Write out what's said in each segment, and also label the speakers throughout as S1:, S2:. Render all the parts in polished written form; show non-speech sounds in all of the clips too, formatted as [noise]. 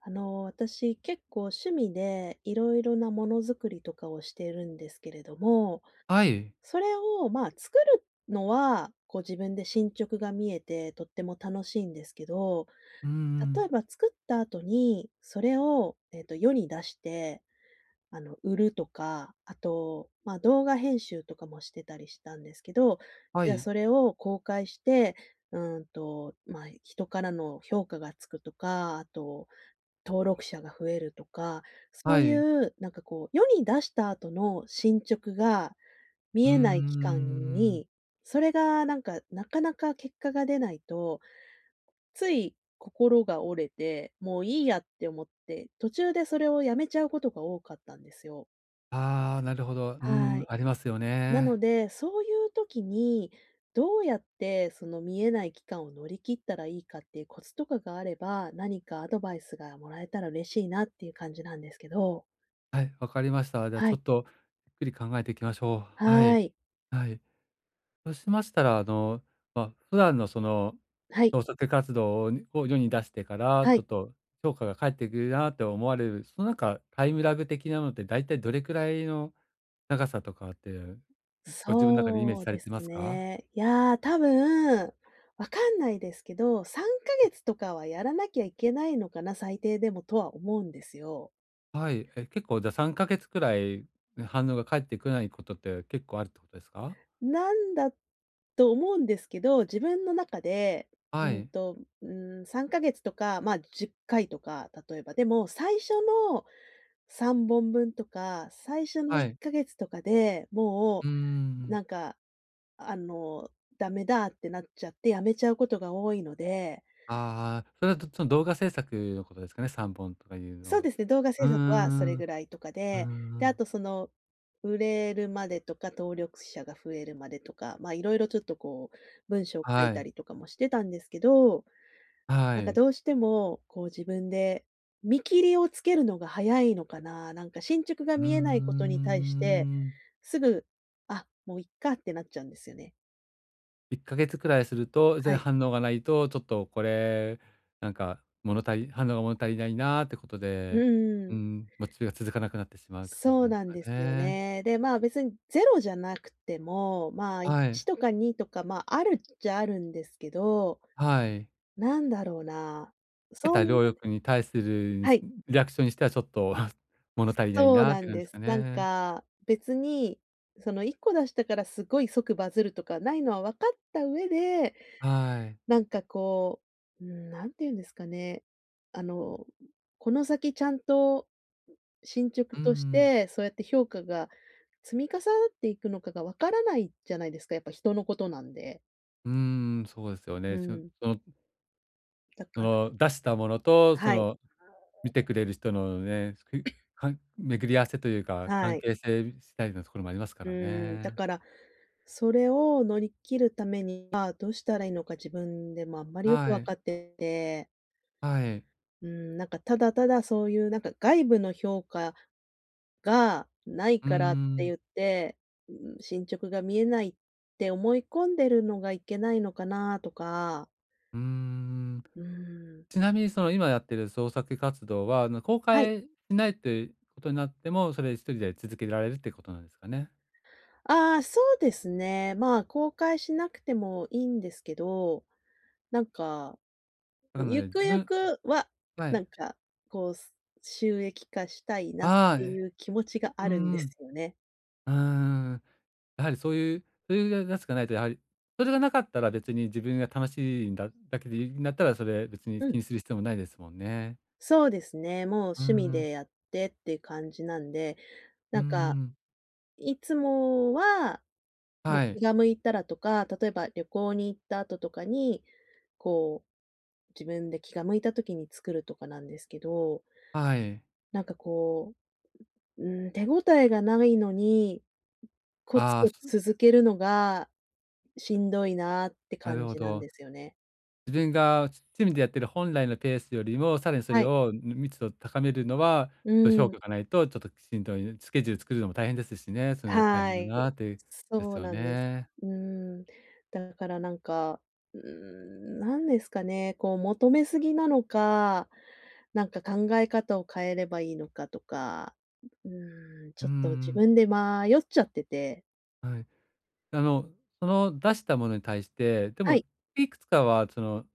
S1: 私結構趣味でいろいろなものづくりとかをしているんですけれども、
S2: はい。
S1: それを作るのは、自分で進捗が見えてとっても楽しいんですけど、
S2: うんう
S1: 例え
S2: ん。
S1: ば作った後にそれを、世に出して、売るとか、あと、動画編集とかもしてたりしたんですけど、
S2: は
S1: じゃあ
S2: い。
S1: それを公開して、まあ人からの評価がつくとか、あと、登録者が増えるとか、そ
S2: は
S1: うい
S2: い。
S1: う世に出した後の進捗が見
S2: うん
S1: えない期
S2: ん
S1: 間
S2: ん。
S1: に、それがなんか、なかなか結果が出ないと、つい心が折れて、もういいやって思って、途中でそれをやめちゃうことが多かったんですよ。
S2: ああ、なるほど。う
S1: は
S2: ん、
S1: い。
S2: ありますよ
S1: なの
S2: ね。
S1: で、そういう時に、どうやってその見えない期間を乗り切ったらいいかっていうコツとかがあれば、何かアドバイスがもらえたら嬉しいなっていう感じなんですけど。
S2: はい、わかりました。じゃあ
S1: は
S2: ちょ
S1: い。
S2: っと、ゆっくり考えていきましょう。はい、
S1: はい。
S2: はい。そうしましたら、ま、普段の
S1: はい。
S2: 創作活動を世に出してから、
S1: は
S2: ちょっ
S1: い。
S2: と評価が返ってくるなって思われる、そのなんかタイムラグ的なのって、だいたいどれくらいの長さとかって、ご自分中でイメー
S1: そ
S2: ジ
S1: う
S2: さ
S1: で
S2: れてま
S1: す
S2: すか？
S1: ね。いやー、多分、わかんないですけど、3ヶ月とかはやらなきゃいけないのかな、最低でもとは思うんですよ。
S2: はい、え、結構じゃ、3か月くらい、ね反応が返ってこないことって結構あるってことですか？
S1: なんだと思うんですけど、自分の中で、う
S2: は
S1: ん
S2: い、
S1: と、う3ヶ月とか、まあ、10回とか、例えば。でも、最初の3本分とか、最初の
S2: は
S1: 1
S2: い。
S1: ヶ月とかで、も
S2: うー
S1: う
S2: ん。
S1: なんか、あの、ダメだってなっちゃってやめちゃうことが多いので、
S2: ああ、それは、どその動画制作のことですかね、3本とかいうの
S1: そう
S2: は。
S1: ですね、動画
S2: う
S1: 制
S2: ん
S1: 作はそ
S2: うん
S1: れ
S2: うー
S1: ぐ
S2: ん。
S1: らいとかで、で、あとその、売れるまでとか、登録者が増えるまでとか、いろいろちょっと文章を書い
S2: は
S1: た
S2: い、
S1: りとかもしてたんですけど、な
S2: は
S1: んか
S2: い。
S1: どうしても、こう自分で見切りをつけるのが早いのかな、なんか進捗が
S2: うー
S1: 見えないことに対して、
S2: ん。
S1: すぐ、あ、もういっかってなっちゃうんですよね。
S2: 1か月くらいすると、
S1: はい。
S2: 反応がないと、ちょっとこれ、なんか、物足り反応が物足りないなってこと
S1: う
S2: で、うー
S1: ん、
S2: ん、モチベが続かなくなってしまうって感じ
S1: そう
S2: なんで
S1: な
S2: す
S1: ん
S2: か
S1: ですよ
S2: ね。
S1: ね。で、まあ別にゼロじゃなくても、まあ
S2: はい、
S1: 1とか2とか、まああるっちゃあるんですけど、
S2: はい。
S1: なんだろうな、
S2: 得
S1: そ
S2: た
S1: ん
S2: 労
S1: な、
S2: 力に対する
S1: はい。
S2: リアクションにしてはちょっと [laughs] 物足りない
S1: そう
S2: なっ
S1: な
S2: て
S1: ん
S2: 感じで
S1: で
S2: すか
S1: す。なん
S2: ね。
S1: か、別に、その1個出したからすごい即バズるとかないのは分かった上で、
S2: はい。
S1: なんかこなんて言うんですかね、あの、この先ちゃんと進捗
S2: う
S1: とし
S2: ん。
S1: て、そうやって評価が積み重なっていくのかが分からないじゃないですか、やっぱ人のことなんで。
S2: うん、そうですよ
S1: う
S2: ね。
S1: ん、だ
S2: そ
S1: から、
S2: の出したものと、そ
S1: はい、
S2: の見てくれる人のね、くかん巡り合わせというか、
S1: は
S2: 関
S1: い。
S2: 係性次第のところもありますか
S1: う
S2: ら
S1: ん、だ
S2: ね。
S1: から、それを乗り切るためには、どうしたらいいのか自分でもあんまりよく
S2: は
S1: 分
S2: い、
S1: かってて、
S2: はい。
S1: うん、なんかただただそういうなんか外部の評価がない
S2: う
S1: からって
S2: ん、
S1: 言って、うん、進捗が見えないって思い込んでるのがいけないのかなとか、
S2: うん。
S1: うん、
S2: ちなみにその今やってる創作活動は、あの公
S1: はい。
S2: 開しないということになっても、それ一人で続けられるってことなんですかね？
S1: ああ、そうですね。まあ、公開しなくてもいいんですけど、なんか
S2: なの
S1: ゆ
S2: で、
S1: く
S2: 自
S1: ゆ
S2: 分
S1: くは、
S2: は
S1: な
S2: い。
S1: んか、こう、す収益化したいなっ
S2: ああ、
S1: てい
S2: ね
S1: う気持ちがあ
S2: う
S1: るんで
S2: んう
S1: す
S2: ん。
S1: よね。
S2: うーん。やはりそういう、そういうやつがないと、やはり、それがなかったら別に自分が楽しいんだだけでいいんだったら、それ別に
S1: うん、
S2: 気にする必要もないですもんね。
S1: そうですね。もう
S2: う
S1: 趣味
S2: んうん。
S1: でやってっていう感じなんで、
S2: う
S1: なんか、
S2: ん
S1: いつもは、もう
S2: は
S1: 気
S2: い。
S1: が向いたらとか、例えば旅行に行った後とかに、こう、自分で気が向いた時に作るとかなんですけど、
S2: はい。
S1: なんかこう、う手応えがないのにコツ
S2: ああ、
S1: コツ続けるのが、しんどいなって
S2: なる
S1: 感
S2: ほ
S1: じなん
S2: ど。
S1: ですよね。
S2: 自分が趣味でやってる本来のペースよりも、さらにそ
S1: は
S2: れ
S1: い。
S2: を密度を高めるのは、
S1: う
S2: ちょっと評
S1: ん。
S2: 価がないとちょっとしんどい、スケジュール作るのも大変ですしね、それは大
S1: は
S2: 変だな
S1: い。
S2: っていうで
S1: そ
S2: す
S1: う
S2: よ
S1: なんです。
S2: ね。
S1: うん。だからなんか、うん、なんですかね、こう求めすぎなのか、なんか考え方を変えればいいのかとか、うん、ち
S2: う
S1: ょっと自
S2: ん。
S1: 分で迷っちゃってて、
S2: はい。あの、その出したものに対して、で
S1: は
S2: も、
S1: い。
S2: いくつかはその、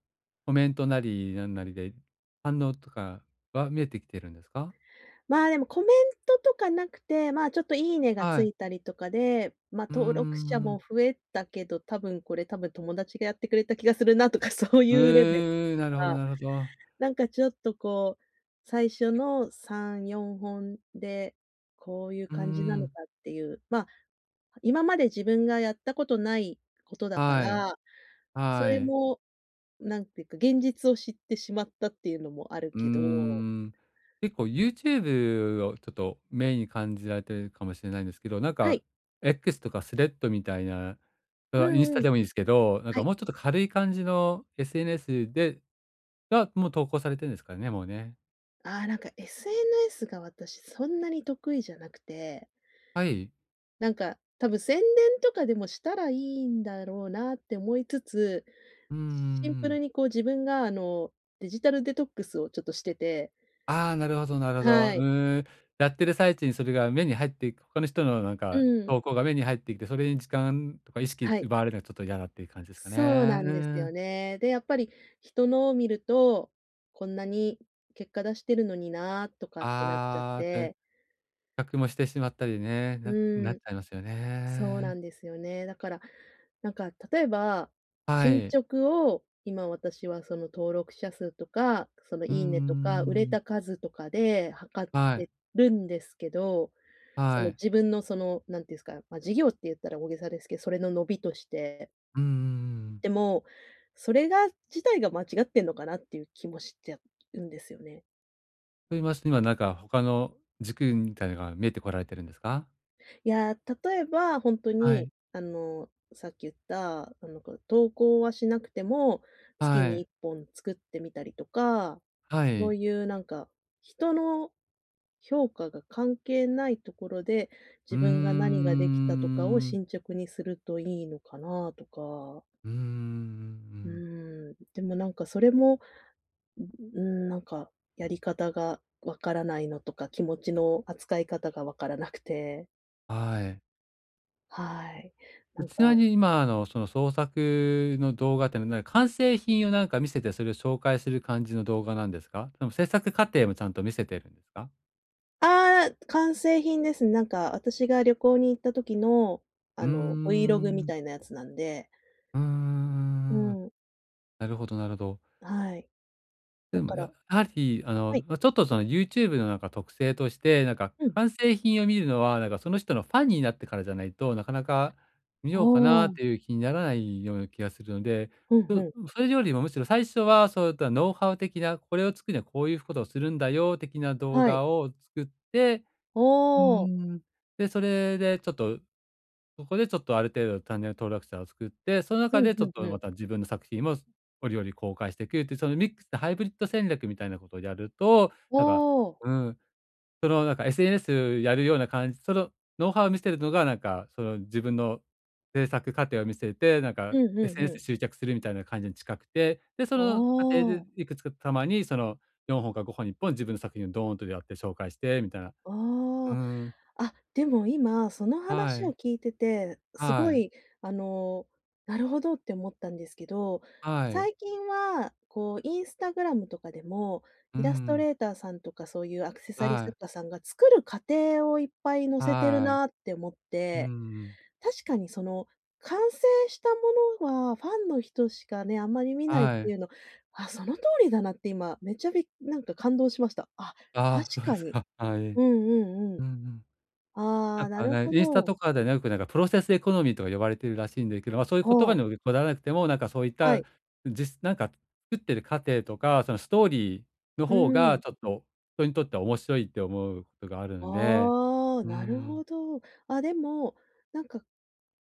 S2: コメントなりなんなりで、反応とかは見えてきてるんですか？
S1: まあ、でもコメントとかなくて、まあ、ちょっといいねが
S2: は
S1: つ
S2: い。
S1: いたりとかで、
S2: うー
S1: 登録者も
S2: ん。
S1: 増えたけど、多分友達がやってくれた気がするなとか [laughs] そういうレベル
S2: なるほど
S1: が、
S2: なるほど。
S1: なんかちょっとこう、最初の3、4本で、こういう
S2: うー
S1: 感じなのか
S2: ん。
S1: っていう、まあ、今まで自分がやったことないことだか
S2: はい。
S1: ら、そ
S2: は
S1: れ
S2: い。
S1: も、なんていうか、現実を知ってしまったっていうのもある
S2: うー
S1: けど、
S2: ん。結構 YouTube をちょっとメインに感じられてるかもしれないんですけど、なん
S1: は
S2: か
S1: い。
S2: X とかスレッドみたいな、
S1: う
S2: あ、インス
S1: んう
S2: タ
S1: ん。
S2: でもいいんですけど、なん
S1: は
S2: か
S1: い。
S2: もうちょっと軽い感じの SNS が、もう投稿されてるんですからね、もうね。
S1: ああ、なんか SNS が私そんなに得意じゃなくて、
S2: はい。
S1: なんか多分宣伝とかでもしたらいいんだろうなって思いつつ、
S2: うんうんう
S1: シンプ
S2: ん。
S1: ルにこう自分がデジタルデトックスをちょっとしてて、
S2: ああ、なるほどなるほど。う
S1: はい。
S2: ーん。やってる最中にそれが目に入っていく他の人のなん
S1: う
S2: か
S1: ん。
S2: 投稿が目に入ってきて、それに時間とか意識
S1: はい。
S2: 奪われるのはちょっと嫌だっていう感じですか
S1: そうな
S2: ね。う
S1: んですよ
S2: ん。
S1: ね。で、やっぱり人のを見ると、こんなに結果出してるのになとかってなっちゃっ
S2: ああ、で、比
S1: て、
S2: 較もしてしまったりね、な
S1: う
S2: っち
S1: ん。
S2: ゃいますよ
S1: そうな
S2: ね。
S1: んですよね。だから、なんか例えば、
S2: は
S1: 進
S2: い。
S1: 捗を今私はその登録者数とか、その
S2: うんうん
S1: いいねとか、売
S2: う
S1: れ
S2: ん。
S1: た数とかで測っ
S2: はい、
S1: てるんですけど、そ
S2: は
S1: の
S2: い。
S1: 自分のその、なんていうんですか、まあ、事業って言ったら大げさですけど、それの伸びとして、
S2: うんうんうん。
S1: でも、それが自体が間違ってんのかなっていう気もしちゃうんですよね。
S2: と言いますと、今なんか他の軸みたいなのが見えてこられてるんですか？
S1: いやー、例えば本当
S2: は
S1: に、
S2: い、
S1: さっき言った、投稿はしなくても、月
S2: は
S1: に1
S2: い。
S1: 本作ってみたりとか、
S2: は
S1: そう
S2: い。
S1: いうなんか、人の評価が関係ないところで、
S2: うー
S1: 自分が何ができたとかを
S2: ん。
S1: 進捗にするといいのかなとか。
S2: うー
S1: う
S2: ん。
S1: ん、でもなんかそれも、うん、なんか、やり方がわからないのとか、気持ちの扱い方がわからなくて、
S2: はい。
S1: はい。な
S2: で、
S1: ん
S2: ちな
S1: か、
S2: みに今あのその創作の動画っていうのは、なんか完成品をなんか見せて、それを紹介する感じの動画なんですか？その制作過程もちゃんと見せてるんですか？
S1: ああ、完成品ですね。なんか私が旅行に行った時の、あ
S2: うー
S1: の Vlog み
S2: ん。
S1: たいなやつなんで。
S2: うー
S1: う
S2: ん。
S1: ん、
S2: なるほどなるほど。
S1: はい。だ
S2: でも、
S1: か
S2: やや
S1: ら、
S2: はり、あ
S1: は
S2: の、
S1: い、
S2: ま、ちょっとその YouTube のなんか特性として、なんか
S1: うん。
S2: 完成品を見るのは、なんかその人のファンになってからじゃないと、なかなか見
S1: あ
S2: ようかなって
S1: あ、
S2: いう気にならないような気がするので、
S1: うん
S2: う
S1: うん。
S2: それよりもむしろ最初はそういったノウハウ的な、これを作るにはこういうことをするんだよ的な動
S1: はい。
S2: 画を作って
S1: あ
S2: うー
S1: あ、
S2: ん。で、それでちょっとそこでちょっとある程度チャンネル登録者を作って、その
S1: う
S2: 中
S1: ん
S2: でち
S1: う
S2: ょ
S1: ん
S2: っと
S1: うん。
S2: また自分の作品も折々公開していくっていう、そのミックスでハイブリッド戦略みたいなことをやると、
S1: あ
S2: なんか、
S1: あ、
S2: うん、そのなんか SNS やるような感じ、そのノウハウを見せるのがなんか、その自分の制作過程を見せて、なんか
S1: うんうんうん。
S2: SNS 集客するみたいな感じに近くて、で、そ
S1: あ
S2: の過程
S1: あ、
S2: で
S1: あ
S2: いくつかたまにその4本か5本に1本自分の作品をドーンとやって紹介してみたいな。う
S1: あ。
S2: ん、
S1: あ、でも今、その
S2: は
S1: 話を
S2: い、
S1: 聞いてて、す
S2: は
S1: ご
S2: い、
S1: い、あの、なるほどって思ったんですけど、
S2: はい、
S1: 最近は、こう、インスタグラムとかでも、
S2: う
S1: イラスト
S2: ん、
S1: レーターさんとかそういうアクセサリー
S2: は
S1: 作
S2: い。
S1: 家さんが作る過程をいっぱい載せてる
S2: はい。
S1: なって思っ
S2: う
S1: て、
S2: ん
S1: 確かにその、完成したものはファンの人しかね、あんまり見ないっ
S2: は
S1: てい
S2: い。
S1: うの、あ、その通りだなって今、めっちゃびっなんか感動しました。あ、確
S2: ああ、そうで
S1: か
S2: す
S1: に。
S2: か。[laughs] はい。
S1: うんうんう
S2: う
S1: ん。
S2: んうん。
S1: あ
S2: なん
S1: あ、な
S2: か
S1: る
S2: ね、
S1: ほ
S2: インスタ
S1: ど。
S2: とかでねよくなんかプロセスエコノミーとか呼ばれてるらしいんですけど、ま、そういう
S1: ほ
S2: 言葉
S1: う、
S2: にもこだわらなくても、なんかそういっ
S1: は
S2: た、
S1: い。
S2: なんか作ってる過程とか、そのストーリーの
S1: う
S2: 方
S1: ー
S2: が
S1: ん。
S2: ちょっと人にとっては面白いって思うことがあるので。
S1: ああ、
S2: うー
S1: なるほ
S2: ん。
S1: ど。あ、でも、なんか、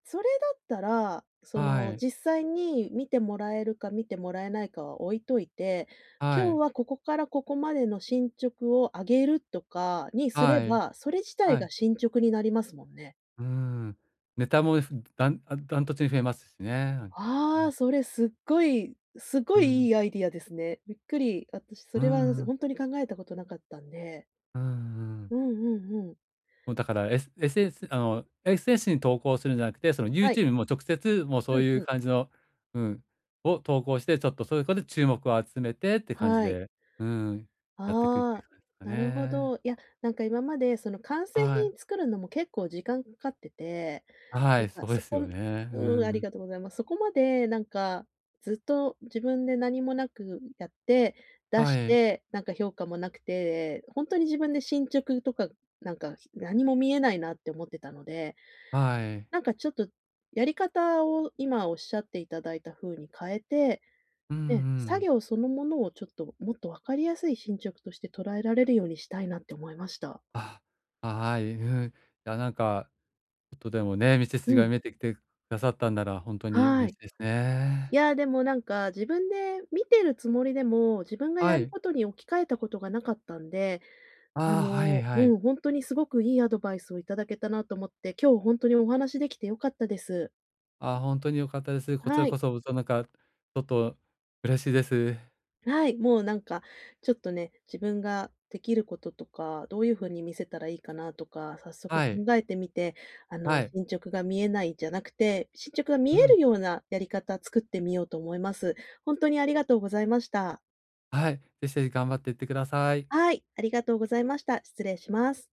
S1: それだったら、そ
S2: は
S1: の、
S2: い。
S1: 実際に見てもらえるか見てもらえないかは置いといて、
S2: は
S1: 今日
S2: い。
S1: はここからここまでの進捗を上げるとかにすれ
S2: はい。
S1: ば、それ自体
S2: は
S1: が
S2: い。
S1: 進捗になりますもんね。
S2: うーん。ネタも、ふダンあ、ダントツに増えますしね、なんか。う
S1: あ
S2: ん。
S1: あ、それすっごいすご
S2: う
S1: い
S2: ん。
S1: いいアイディアですね。びっくり。私そ
S2: うん
S1: れは
S2: うん。
S1: 本当に考えたことなかったんで。
S2: うんうん。
S1: うんうんうん。
S2: もうだから、S エス s ス s あの、エスエスに投稿するんじゃなくて、その
S1: はい。
S2: YouTube にも直接、もう
S1: う
S2: そう
S1: ん
S2: い
S1: う
S2: う
S1: ん。
S2: 感じのうん、を投稿して、ちょっとそういうことで注目を集めてって感じ
S1: はい。
S2: で、うん、やっていくってい
S1: ああ、
S2: う感じですか
S1: なるほ
S2: ね。
S1: ど。いや、なんか今までその完成
S2: はい。
S1: 品作るのも結構時間かかってて、
S2: は
S1: なん
S2: い、
S1: か
S2: そうで
S1: そ
S2: すよ
S1: こ
S2: ね。う
S1: うん、あり
S2: ん。
S1: がとうございます。そこまでなんか、ずっと自分で何もなくやって、出
S2: は
S1: し
S2: い、
S1: て、なんか評価もなくて、本当に自分で進捗とか、なんか何も見えないなって思ってたので、
S2: はい。
S1: なんかちょっとやり方を今おっしゃっていただいた風に変えて
S2: うんう
S1: ね、作
S2: ん。
S1: 業そのものをちょっと、もっと分かりやすい進捗として捉えられるようにしたいなって思いました。
S2: あ、はい、うん。いや、なんか、ちょっとでもね、道筋
S1: う
S2: が
S1: ん、
S2: 見えてきてくださったんなら、本当に
S1: は
S2: 嬉
S1: い。
S2: しいです
S1: い
S2: ね。
S1: や、でもなんか、自分で見てるつもりでも、自分が
S2: は
S1: やる
S2: い。
S1: ことに置き換えたことがなかったんで、
S2: あ、はいはい。
S1: 本当にすごくいいアドバイスをいただけたなと思って、今日本当にお話しできて良かったです。
S2: ああ、ほに良かったです。こち
S1: は
S2: らこ
S1: い。
S2: そ、なんか、ちょっと嬉しいです。
S1: はい、もうなんか、ちょっとね、自分ができることとか、どういう風に見せたらいいかなとか、早速
S2: はい、
S1: 考えてみて、
S2: はい。
S1: 進捗が見えないじゃなくて、進捗が見
S2: う
S1: え
S2: ん、
S1: るようなやり方作ってみようと思います。本当にありがとうございました。
S2: はい、ぜひぜひ頑張っていってください。
S1: はい、ありがとうございました。失礼します。